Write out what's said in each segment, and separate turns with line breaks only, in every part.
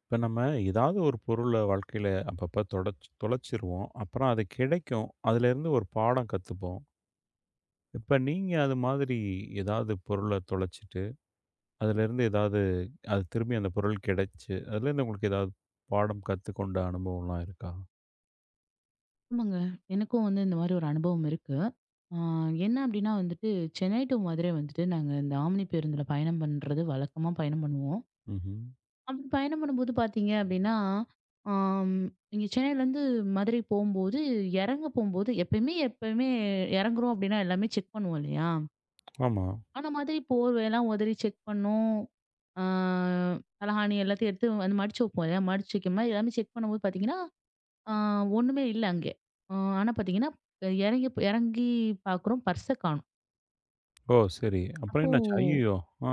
இப்போ நம்ம ஏதாவது ஒரு பொருளை வாழ்க்கையில் அப்பப்போ தொடச்சு தொலைச்சிருவோம், அப்புறம் அது கிடைக்கும். அதுலேருந்து ஒரு பாடம் கற்றுப்போம். இப்போ நீங்கள் அது மாதிரி ஏதாவது பொருளை தொலைச்சிட்டு, அதுலேருந்து ஏதாவது, அது திரும்பி அந்த பொருள் கிடைச்சு அதுலேருந்து உங்களுக்கு ஏதாவது பாடம் கற்றுக்கொண்ட அனுபவம்லாம் இருக்கா?
ஆமாங்க. எனக்கும் வந்து இந்த மாரி ஒரு அனுபவம் இருக்கு. ஆ என்ன அப்டின்னா வந்துட்டு, சென்னை டூ மதுரை வந்துட்டு நாங்க இந்த ஆம்னி பேருந்துல பயணம் பண்றது வழக்கமா பயணம் பண்ணுவோம்.
ம்.
அப்படி பயணம் பண்ணும்போது பார்த்தீங்க அப்டின்னா, ஆம் இங்க சென்னையிலேருந்து மதுரை போம்போது, எறங்க போம்போது எப்பயுமே எப்பயுமே எறங்குறோம் அப்டின்னா எல்லாமே செக் பண்ணுவோம் இல்லையா?
ஆமாம்.
ஆனா மதுரை போர்வையெல்லாம் உதறி செக் பண்ணோம். ஆ தலகாணி எல்லாத்தையும் எடுத்து வந்து மடிச்சு வைப்போம் இல்லையா? மடிச்சு வைக்கிற மாரி எல்லாமே செக் பண்ணும்போது பார்த்தீங்கன்னா, ஆ ஒண்ணுமே இல்ல அங்கே. அ ஆனா பார்த்தீங்கன்னா, இறங்கி இறங்கி பார்க்குறோம் பர்ஸ காணோம்.
ஓ, சரி. அப்புறம்
அப்போ
என்னாச்சு? ஐயோ! ஆ.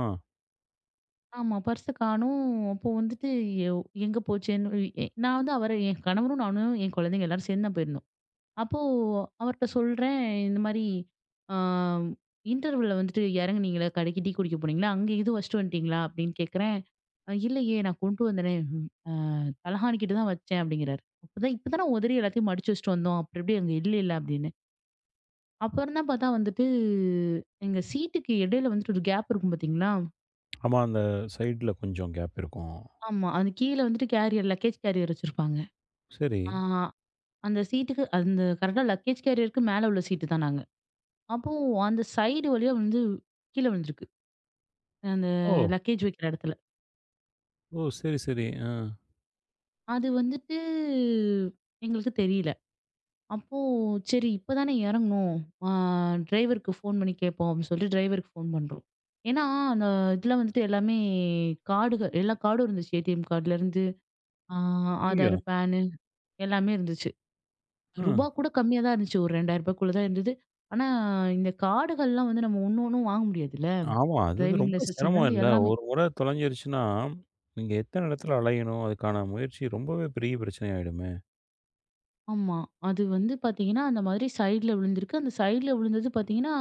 ஆமா பர்ஸ காணோம். அப்போ வந்துட்டு எங்க போச்சேன்னு நான் வந்து அவர என் கணவரும், நானும், என் குழந்தைங்க எல்லாரும் சேர்ந்து தான் போயிருந்தோம். அப்போ அவர்ட்ட சொல்றேன், இந்த மாரி ஆ இன்டர்வல்ல வந்துட்டு இறங்குனீங்கல்ல, கடைக்கு டீ குடிக்க போனீங்கல்ல, அங்க இது வச்சுட்டு வந்துட்டீங்களா? அப்படின்னு கேட்கிறேன். இல்லையே நான் கொண்டு வந்தேனே, அ தலகாணிக்கிட்ட தான் வச்சேன் அப்படிங்கிறாரு. அப்பதான் இப்ப தான உதறி எல்லாத்தையும் மடிச்சு வச்சுட்டு வந்தோம். அப்புறம் எப்படி அங்க இல்லைல்ல அப்படின்னு. அப்புறம் தான் பார்த்தா வந்துட்டு, எங்க சீட்டுக்கு இடையில வந்துட்டு ஒரு கேப் இருக்கும் பார்த்தீங்களா?
ஆமாம், அந்த சைடில் கொஞ்சம் கேப் இருக்கும்.
ஆமா. அது கீழ வந்துட்டு கேரியர் லக்கேஜ் கேரியர் வச்சிருப்பாங்க.
சரி.
ஆ அந்த சீட்டுக்கு அந்த கரெக்ட்டா லக்கேஜ் கேரியருக்கு மேல உள்ள சீட்டு தான் நாங்க. அப்போ அந்த சைடு வழியா வந்து கீழ விழுந்திருக்கு. அந்த
ஓ.
லக்கேஜ் வைக்கிற இடத்துல.
ஓ, சரி சரி. ஆ.
அது வந்துட்டு எங்களுக்கு தெரியல. அப்போ சரி இப்ப தானே இறங்கணும். ஆ டிரைவருக்கு ஃபோன் பண்ணி கேட்போம் அப்படின்னு சொல்லிட்டு டிரைவருக்கு ஃபோன் பண்றோம். ஏன்னா, அந்த இதுல வந்துட்டு எல்லாமே கார்டுகள் எல்லா கார்டும் இருந்துச்சு. ஏடிஎம் கார்டுலருந்து ஆ
ஐயோ!
ஆதார், பேனு எல்லாமே இருந்துச்சு. ரூபா கூட கம்மியா தான் இருந்துச்சு. ஒரு ரூ. 2000க்குள்ள தான் இருந்தது. ஆனா, இந்த கார்டுகள்லாம் வந்து நம்ம ஒண்ணு ஒண்ணும் வாங்க முடியாதுல்ல.
ஆமா. அது இது
டிரைவிங்
ரொம்ப சிரமம்
லைசென்ஸ்லேருந்து
இல்ல.
எல்லாமே.
ஒரு முறை தொலைஞ்சிருச்சுன்னா, நீங்க எத்தன இடத்துல அலையணும்? அதுக்கான முயற்சி ரொம்பவே பெரிய பிரச்சனையாயிடுமே!
ஆமா. அது வந்து பாத்தீங்கன்னா, அந்த மாதிரி சைடுல விழுந்திருக்கு. அந்த சைடுல விழுந்தது பாத்தீங்கன்னா,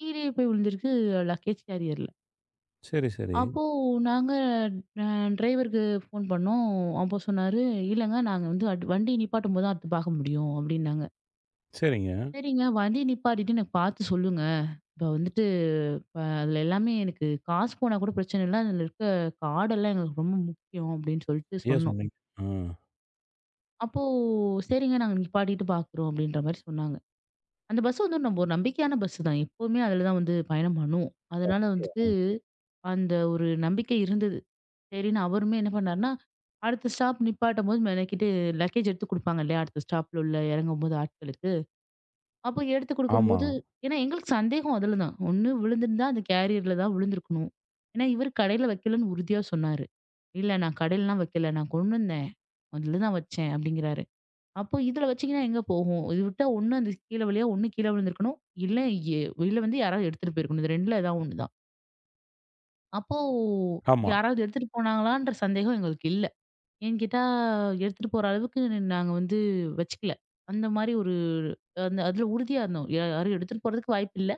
கீழயே போய் விழுந்திருக்கு லக்கேஜ் கேரியர்ல.
சரி, சரி.
அப்போ நாங்க அ டிரைவருக்கு ஃபோன் பண்ணோம். அப்போ சொன்னாரு, "இல்லங்க நாங்க வந்து அடு வண்டி நிப்பாட்டும்போது தான் அடுத்து பாக்க முடியும்" அப்டின்னாங்க.
சரிங்க.
சரிங்க வண்டி நிப்பாட்டிட்டு எனக்கு பாத்து சொல்லுங்க. இப்போ வந்துட்டு இப்ப அதில எல்லாமே எனக்கு காசு போனா கூட பிரச்சனை இல்ல. அதில இருக்க கார்டெல்லாம் எங்களுக்கு ரொம்ப முக்கியம் அப்படின்னு சொல்லிட்டு
சரியா
சொன்னோம்.
சொன்னீங்க. ஆ.
அப்போ சரிங்க நாங்க நிப்பாட்டிட்டு பார்க்குறோம் அப்படின்ற மாரி சொன்னாங்க. அந்த பஸ் வந்து நம்ம ஒரு நம்பிக்கையான பஸ் தான். எப்பவுமே அதில தான் வந்து பயணம் பண்ணுவோம்.
ஓ!
அதனால
அப்படியா?
வந்துட்டு அந்த ஒரு நம்பிக்கை இருந்தது. சரின்னு அவருமே என்ன பண்ணாருன்னா, அடுத்த ஸ்டாப் நிப்பாட்டும்போது மெனக்கிட்டு லக்கேஜ் எடுத்து குடுப்பாங்க இல்லையா? அடுத்த ஸ்டாப்ல உள்ள இறங்கும்போது ஆட்களுக்கு. அப்போ எடுத்து
ஆமா,
குடுக்கும்போது ஏன்னா எங்களுக்கு சந்தேகம் அதுல தான். ஒண்ணு விழுந்திருந்தா அந்த கேரியர்ல தான் விழுந்திருக்கணும். ஏன்னா இவரு கடையில வைக்கலன்னு உறுதியா சொன்னாரு. "இல்ல நான் கடையிலலாம் வைக்கல. நான் கொண்டு வந்தேன். அதுல தான் வச்சேன்" அப்படிங்கிறாரு. அப்போ இதுல வச்சீங்கன்னா எங்க போகும்? இது விட்டா ஒண்ணு அந்த கீழ வழியா ஒண்ணு கீழ விழுந்திருக்கணும். இல்ல எ இல்ல வந்து யாராவது எடுத்துட்டு போயிருக்கணும். இது 2ல ஏதாவது ஒண்ணு தான். அப்போ
ஆமா.
யாராவது எடுத்துட்டு போனாங்களான்ற சந்தேகம் எங்களுக்கு இல்ல. ஏன்னு கேட்டா, எடுத்துட்டு போற அளவுக்கு நாங்க வந்து வச்சுக்கல. அந்த மாரி ஒரு அந்த அதுல உறுதியா இருந்தோம். யாரும் எடுத்துட்டு போறதுக்கு வாய்ப்பில்ல.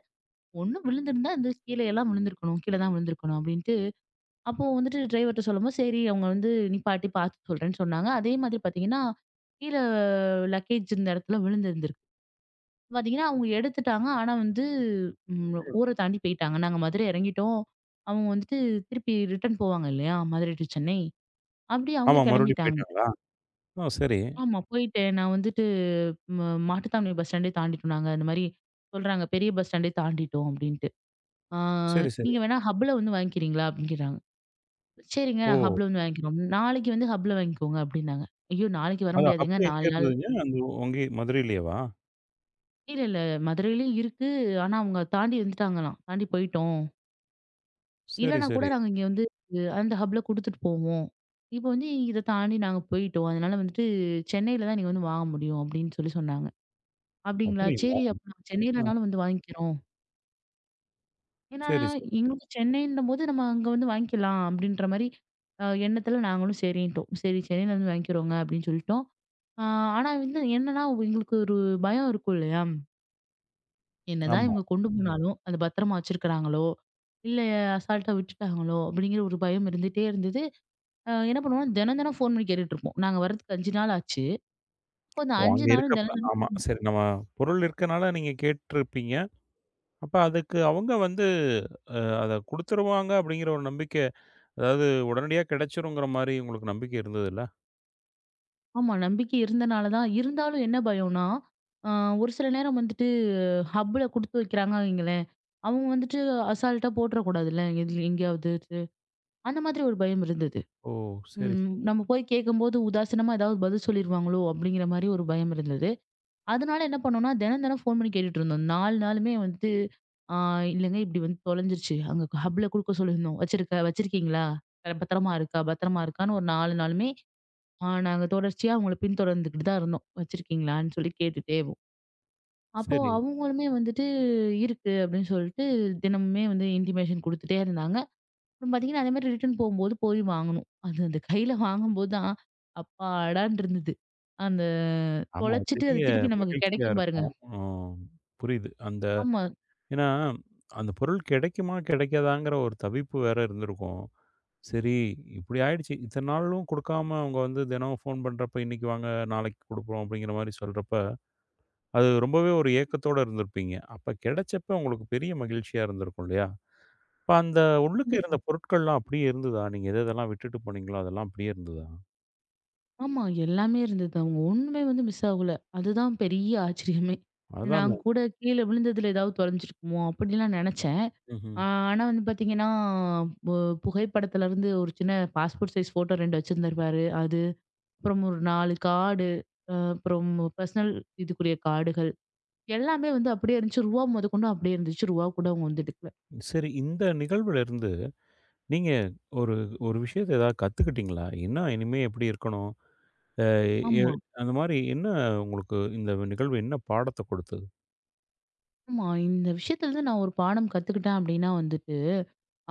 ஒண்ணும் விழுந்திருந்தா இந்த கீழ எல்லாம் விழுந்திருக்கணும். கீழ தான் விழுந்திருக்கணும் அப்டின்ட்டு, அப்போ வந்துட்டு டிரைவர்ட்ட சொல்லும்போது, சரி அவங்க வந்து நிப்பாட்டி பார்த்து சொல்றேன்னு சொன்னாங்க. அதே மாதிரி பார்த்தீங்கன்னா, கீழ லக்கேஜ் இருந்த இடத்துல விழுந்திருந்திருக்கு. பார்த்தீங்கன்னா, அவங்க எடுத்துட்டாங்க. ஆனா வந்து ம்
ம்.
ஊர தாண்டி போயிட்டாங்க. நாங்க மதுரை இறங்கிட்டோம். அவங்க வந்துட்டு திருப்பி ரிட்டர்ன் போவாங்க இல்லையா? மதுரை டூ சென்னை. அப்டி அவங்க
ஆமா, மறுபடியும்
கிளம்பிட்டாங்க.
போயிட்டாங்களா? ஓ! சரி.
ஆமா. போயிட்டேன். நான் வந்துட்டு ம மாட்டுத்தாவணி பஸ் ஸ்டாண்டே தாண்டிட்டோம் நாங்க. இந்த மாரி சொல்றாங்க, "பெரிய பஸ் ஸ்டாண்டே தாண்டிட்டோம்" அப்படின்ட்டு. ஆ
சரி, சரி.
"நீங்க வேணா ஹப்ல வந்து வாங்கிக்கிறீங்களா?" அப்படின்னு கேட்டாங்க. "சரிங்க.
ஓ!
நான் ஹப்ல வந்து வாங்கிக்கிறோம்." "நாளைக்கு வந்து ஹப்ல வாங்கிக்கோங்க" அப்படின்னாங்க. ஐயோ! நாளைக்கு வர
அதான் அப்ப
முடியாதுங்க.
எங்க
4 நாள்
இருந்ததுங்க? அந்த அங்கே மதுரையிலேயேவா?
இல்ல, இல்ல. மதுரையிலயும் இருக்கு. ஆனா அவங்க தாண்டி வந்துட்டாங்களாம். தாண்டி போயிட்டோம்.
சரி,
இல்லன்னா கூட
சரி.
நாங்க இங்க வந்து அந்த ஹப்ல குடுத்துட்டு போவோம். இப்போ வந்து இத தாண்டி நாங்க போயிட்டோம். அதனால வந்துட்டு சென்னையில தான் நீங்க வந்து வாங்க முடியும் அப்படின்னு சொல்லி சொன்னாங்க. அப்படிங்களா?
அப்படிங்களா?
சரி அப்ப நம்ம
ஆ.
சென்னையிலனாலும் வந்து வாங்கிக்கிறோம். ஏன்னா,
சரி, சரி.
எங்களுக்கு சென்னைன்னும்போது நம்ம அங்க வந்து வாங்கிக்கலாம் அப்படின்ற மாரி எண்ணத்துல நாங்களும் சரின்ட்டோம். சரி சென்னையில வந்து வாங்கிக்கிறோங்க அப்படின்னு சொல்லிட்டோம். ஆ ஆனா வந்து என்னன்னா, எங்களுக்கு ஒரு பயம் இருக்கும் இல்லையா? என்னதான்
ஆமா.
இவங்க கொண்டு போனாலும், அது பத்திரமா வச்சிருக்கிறாங்களோ, இல்ல அசால்ட்டா விட்டுட்டாங்களோ அப்படிங்கிற ஒரு பயம் இருந்துட்டே இருந்தது. என்ன பண்ணுவோம்னா, தினம் தினம் ஃபோன் பண்ணி கேட்டுட்டு இருப்போம். நாங்க வர்றதுக்கு 5 நாள் ஆச்சு. அப்போ அந்த
ஓ!
5
அங்க
நாளும்
இருக்கப்ப
தினம்
ஆமா. சரி, நம்ம பொருள் இருக்கனால நீங்க கேட்டுருப்பீங்க. அப்ப அதுக்கு அவங்க வந்து அத குடுத்துருவாங்க அப்படிங்கிற ஒரு நம்பிக்கை, அதாவது உடனடியா கிடைச்சுருங்கிற மாரி உங்களுக்கு நம்பிக்கை இருந்ததுல்ல?
ஆமா. நம்பிக்கை இருந்தனால தான் இருந்தாலும் என்ன பயம்னா, அ ஒரு சில நேரம் வந்துட்டு ஹப்ல குடுத்து வைக்கிறாங்க வைங்களேன், அவங்க வந்துட்டு அசால்ட்டா போட்டுறக்கூடாதுல்ல எதுல எங்கேயாவது. அந்த மாதிரி ஒரு பயம் இருந்தது.
ஓ! சரி, சரி.
நம்ம போய் கேட்கும்போது உதாசீனமா ஏதாவது பதில் சொல்லிருவாங்களோ அப்படிங்கிற மாரி ஒரு பயம் இருந்தது. அதனால என்ன பண்ணோம்னா, தினம் தினம் ஃபோன் பண்ணி கேட்டுட்டு இருந்தோம். 4 நாளுமே வந்துட்டு, "ஆ இல்லங்க இப்படி வந்து தொலைஞ்சிருச்சு. அங்க ஹப்ல குடுக்க சொல்லியிருந்தோம். வச்சிருக்க வச்சிருக்கீங்களா? பத்திரமா இருக்கா? பத்திரமா இருக்கான்னு" ஒரு 4 நாளுமே நாங்க தொடர்ச்சியா அவங்கள பின்தொடர்ந்துகிட்டு தான் இருந்தோம். வச்சிருக்கீங்களான்னு சொல்லி கேட்டுட்டே இருப்போம். அப்போ
சரி.
அவங்களுமே வந்துட்டு இருக்கு அப்படின்னு சொல்லிட்டு தினமுமே வந்து இன்டிமேஷன் குடுத்துட்டே இருந்தாங்க. அப்புறம் பார்த்தீங்கன்னா, அதே மாரி ரிட்டர்ன் போகும்போது போய் வாங்கணும். அது அந்த கையில வாங்கும்போது தான் அப்பாடான்னு இருந்தது. அந்த
ஆமா, அது
தொலைச்சிட்டு அது
பெரிய
திருப்பி நமக்கு
மகிழ்ச்சியா
கிடைக்கும் பாருங்க.
இருக்கும். ம். புரியுது. அந்த
ஆமா,
ஏன்னா, அந்த பொருள் கிடைக்குமா, கிடைக்காதாங்கிற ஒரு தவிப்பு வேற இருந்திருக்கும். சரி, இப்படி ஆயிடுச்சு. இத்தன நாளும் குடுக்காம அவங்க வந்து தினம் ஃபோன் பண்றப்ப, "இன்னைக்கு வாங்க, நாளைக்கு குடுக்குறோம்" அப்படிங்கிற மாரி சொல்றப்ப, அது ரொம்பவே ஒரு ஏக்கத்தோட இருந்திருப்பீங்க. அப்ப கிடைச்சப்ப உங்களுக்கு பெரிய மகிழ்ச்சியா இருந்திருக்கும் இல்லையா? இப்ப அந்த உள்ளுக்கு இருந்த
கண்டிப்பா.
பொருட்கள்லாம் அப்படியே இருந்ததா? நீங்க எத எதெல்லாம் விட்டுட்டு போனீங்களோ, அதெல்லாம் அப்படியே இருந்ததா?
ஆமா எல்லாமே இருந்தது. அவங்க ஒண்ணுமே வந்து மிஸ் ஆகல. அதுதான் பெரிய ஆச்சரியமே!
அதான்
நான்
நான்.
கூட கீழ விழுந்ததுல ஏதாவது தொலைஞ்சிருக்குமோ அப்படிலாம் நினைச்சேன்.
ம்ஹ்ம்.
ஆ, ஆனா வந்து பாத்தீங்கன்னா, பு புகைப்படத்துல இருந்து ஒரு சின்ன பாஸ்போர்ட் சைஸ் ஃபோட்டோ 2 வச்சிருந்திருப்பாரு. அது, அப்புறம் ஒரு 4 கார்டு, அப்புறம் பர்சனல் இதுக்குரிய கார்டுகள். எல்லாமே வந்து அப்படியே இருந்துச்சு. ரூவா மொதக்கொண்டு அப்படியே இருந்துச்சு. ரூவா கூட அவங்க வந்து எடுக்கல.
சரி, இந்த நிகழ்வுல இருந்து நீங்க ஒரு ஒரு விஷயத்த ஏதாவது கத்துக்கிட்டீங்களா? என்ன இனிமே எப்படி இருக்கணும்? அ எ
ஆமா.
அந்த மாரி என்ன உங்களுக்கு இந்த நிகழ்வு என்ன பாடத்த கொடுத்தது?
ஆமா. இந்த விஷயத்துல இருந்து நான் ஒரு பாடம் கத்துக்கிட்டேன் அப்படின்னா வந்துட்டு,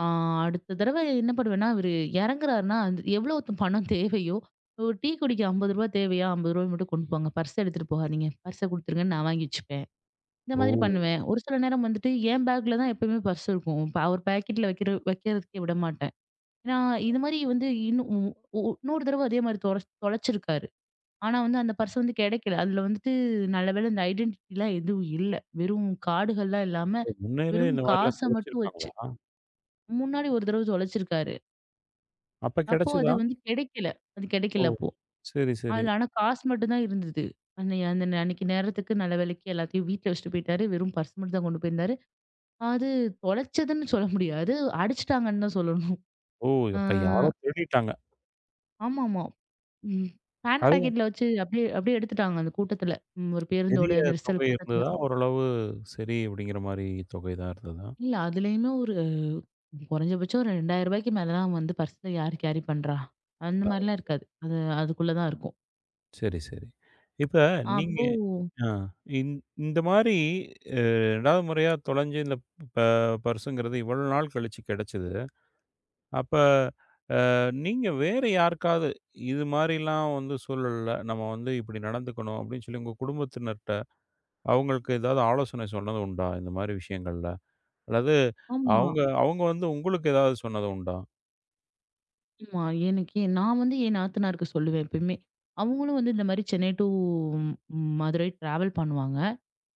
ஆ அடுத்த தடவ என்ன பண்ணுவேன்னா, இவரு எறங்குறாருன்னா, அந்த எவ்வளோ பணம் தேவையோ, ஒரு டீ குடிக்க ரூ. 50 தேவையா? ரூ. 50 மட்டும் கொண்டு போங்க. பர்ஸ எடுத்துட்டு போகாதீங்க. பர்ஸ குடுத்துருங்கன்னு நான் வாங்கி வச்சுப்பேன். இந்த
ஓ!
மாதிரி பண்ணுவேன். ஒரு சில நேரம் வந்துட்டு என் பேக்ல தான் எப்பயுமே பர்ஸ் இருக்கும். இப்ப அவர் பாக்கெட்ல வைக்கிறதுக்கே விட மாட்டேன். ஏன்னா, இது மாதிரி வந்து இன்னும் இன்னொரு தடவ அதே மாதிரி தொலைச்சிருக்காரு. ஆனா வந்து அந்த பர்ஸ் வந்து கிடைக்கல. அதுல வந்துட்டு நல்ல வேளை இந்த ஐடென்டிட்டிலாம் எதுவும் இல்ல. வெறும் கார்டுகள்லாம் இல்லாம,
முன்னரே
வெறும்
இந்த மாரிலாம்
காச மட்டும் வச்சு
தொலைச்சிருக்காங்களா?
முன்னாடி ஒரு தடவ தொலைச்சிருக்காரு.
அப்ப
அப்போ அது
கிடைச்சதா?
வந்து கிடைக்கல. அது
ஓ!
கிடைக்கல அப்போ.
சரி, சரி.
அதுல ஆனா காசு மட்டும் தான் இருந்தது. அன்னைக்கு நேரத்துக்கு நல்ல வேளைக்கு எல்லாத்தையும் வீட்ல வச்சுட்டு போயிட்டாரு. வெறும் பர்ஸ் மட்டும் தான் கொண்டு போயிருந்தாரு. அது தொலைச்சதுன்னு சொல்ல முடியாது. அடிச்சுட்டாங்கன்னு தான் சொல்லணும்.
ஓ!
அ
அப்ப யாரோ தேடிட்டாங்க.
ஆமாமா. ம். பேண்ட்
அதுவும்
பாக்கெட்ல வச்சு அப்படியே அப்படியே எடுத்துட்டாங்க அந்த கூட்டத்துல. ம். ஒரு பேருந்தோட
பெரிய தொகை
நெரிசல் கூட்டத்துல.
இருந்ததா? ஓரளவு சரி அப்படிங்கிற மாரி தொகை தான் இருந்ததா?
இல்ல, அதுலயுமே ஒரு குறைஞ்சபட்சம் ஒரு ரூ. 2000க்கு மேல தான் வந்து பர்ஸ்ல யார் கேரி பண்றா? அந்த மாரிலாம் இருக்காது. அது அதுக்குள்ள தான் இருக்கும்.
சரி, சரி. இப்ப நீங்க.
அப்போ
ஆ, இந் இந்த மாரி அ 2வது முறையா தொலைஞ்சு இந்த ப பர்ஸுங்கிறது இவ்வளோ நாள் கழிச்சு கெடைச்சது. அப்ப நீங்க வேற யாருக்காவது இது மாரிலாம் வந்து சூழல்ல நம்ம வந்து இப்படி நடந்துக்கணும் அப்படின்னு சொல்லி உங்க குடும்பத்தினர்ட்ட அவங்களுக்கு ஏதாவது ஆலோசனை சொன்னது உண்டா? இந்த மாரி விஷயங்கள்ல? அல்லது
ஆமா.
அவங்க அவங்க வந்து உங்களுக்கு ஏதாவது சொன்னது உண்டா?
ஆமா. எனக்கு நான் வந்து என் நாத்தனாருக்கு சொல்லுவேன் எப்பயுமே. அவங்களும் வந்து இந்த மாரி சென்னை டூ ம் மதுரை டிராவல் பண்ணுவாங்க.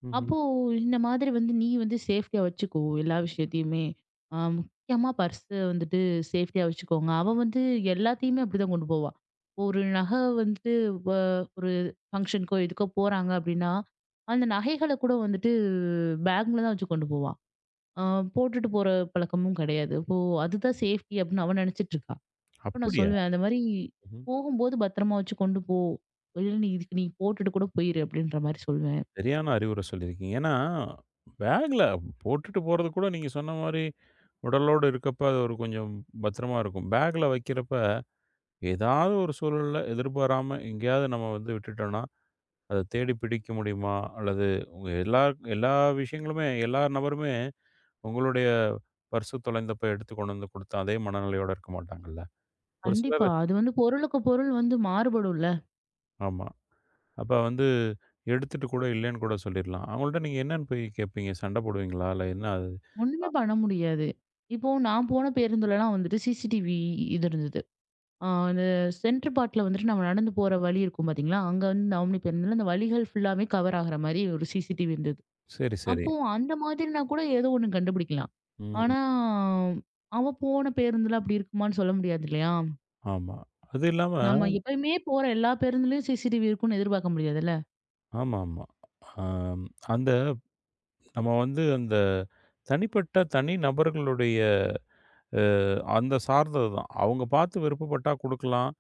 ம்ஹ்ம்.
அப்போ இந்த மாதிரி வந்து நீ வந்து சேஃப்டியா வச்சுக்கோ எல்லா விஷயத்தையுமே. முக்கியமா பர்ஸ வந்துட்டு சேஃப்டியா வச்சுக்கோங்க. அவ வந்து எல்லாத்தையுமே அப்படிதான் கொண்டு போவா. ஒரு நகை வந்துட்டு வ ஒரு ஃபங்ஷனுக்கோ எதுக்கோ போறாங்க அப்படின்னா, அந்த நகைகள கூட வந்துட்டு பேக்ல தான் வச்சு கொண்டு போவா. அ போட்டுட்டு போற பழக்கமும் கிடையாது. அப்போ அதுதான் சேஃப்டி அப்படின்னு அவ நினைச்சிட்டு இருக்கா. அப்ப நான்
அப்படியா?
சொல்லுவேன் அந்த மாரி
ம்ஹ்ம்.
போகும்போது பத்திரமா வச்சு கொண்டு போ. இல்ல நீ இதுக்கு நீ போட்டுட்டு கூட போயிரு அப்படின்ற மாரி சொல்லுவேன்.
சரியான அறிவுரை சொல்லியிருக்கீங்க. ஏன்னா பேக்ல போட்டுட்டு போறது கூட நீங்க சொன்ன மாரி உடலோட இருக்கப்ப அது ஒரு கொஞ்சம் பத்திரமா இருக்கும். பேக்ல வைக்கிறப்ப, ஏதாவது ஒரு சூழல்ல எதிர்பாராம எங்கேயாவது நம்ம வந்து விட்டுட்டோம்னா, அத தேடி பிடிக்க முடியுமா? அல்லது உங்க எல்லா எல்லா விஷயங்களுமே எல்லா நபருமே உங்களுடைய பர்ஸு தொலைந்தப்ப எடுத்து கொண்டு வந்து குடுத்த அதே மனநிலையோட இருக்க மாட்டாங்கல்ல. ஒரு சிலர்.
கண்டிப்பா. அது வந்து பொருளுக்கு பொருள் வந்து மாறுபடும்ல.
ஆமா. அப்ப வந்து எடுத்துட்டு கூட இல்லைன்னு கூட சொல்லிர்லாம். அவங்கள்ட்ட நீங்க என்னன்னு போய் கேட்பீங்க? சண்டை போடுவீங்களா? இல்ல என்ன அது?
ஒண்ணுமே பண்ண முடியாது. இப்போ நான் போன பேருந்துலலாம் வந்துட்டு சிசிடிவி இது இருந்தது. அந்த சென்டர் பார்ட்ல வந்துட்டு நம்ம நடந்து போற வழி இருக்கும் பார்த்தீங்களா? அங்க வந்து இந்த ஆம்னி பேருந்துல அந்த வழிகள் ஃபுல்லாவே கவர் ஆகுற மாரி ஒரு சிசிடிவி இருந்தது.
சரி, சரி.
அப்போ அந்த மாதிரினா கூட ஏதோ ஒண்ணு கண்டுபிடிக்கலாம்.
ம்.
ஆனா, அவன் போன பேருந்துல அப்படி இருக்குமான்னு சொல்ல முடியாது இல்லையா?
ஆமா. அது இல்லாம.
நம்ம எப்பயுமே போற எல்லா பேருந்துலயும் சிசிடிவி இருக்கும்னு எதிர்பார்க்க முடியாதுல்ல.
ஆமாமா. ஆ, அந்த நம்ம வந்து அந்த தனிப்பட்ட தனி நபர்களுடைய அ அந்த சார்ந்தது தான். அவங்க பார்த்து விருப்பப்பட்டா குடுக்கலாம்.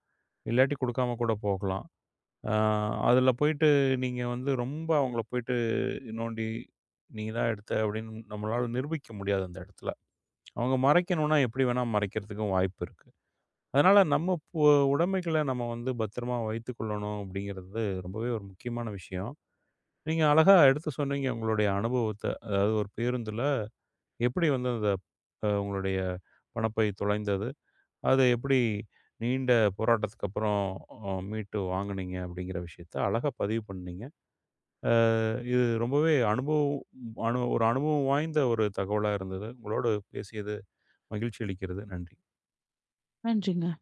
இல்லாட்டி குடுக்காம கூட போகலாம். அ அதுல போயிட்டு நீங்க வந்து ரொம்ப அவங்கள போயிட்டு நோண்டி, "நீ தான் எடுத்த" அப்படின்னு நம்மளால நிரூபிக்க முடியாது அந்த இடத்துல. அவங்க மறைக்கணும்னா எப்படி வேணா மறைக்கிறதுக்கும் வாய்ப்பு இருக்கு. அதனால நம்ம உடைமைகள நம்ம வந்து பத்திரமா வைத்துக்கொள்ளணும் அப்படிங்கிறது ரொம்பவே ஒரு முக்கியமான விஷயம். நீங்க அழகா எடுத்து சொன்னீங்க உங்களுடைய அனுபவத்த. அதாவது ஒரு பேருந்துல எப்படி வந்து அந்த உங்களுடைய பணப்பை தொலைந்தது? அத எப்படி நீண்ட போராட்டத்துக்கு அப்புறம் மீட்டு வாங்குனீங்க? அப்படிங்கிற விஷயத்த அழகா பதிவு பண்ணீங்க. அ இது ரொம்பவே அனுபவம் ஒரு அனுபவம் வாய்ந்த ஒரு தகவலா இருந்தது. உங்களோடு பேசியது மகிழ்ச்சி அளிக்கிறது. நன்றி.
நன்றிங்க.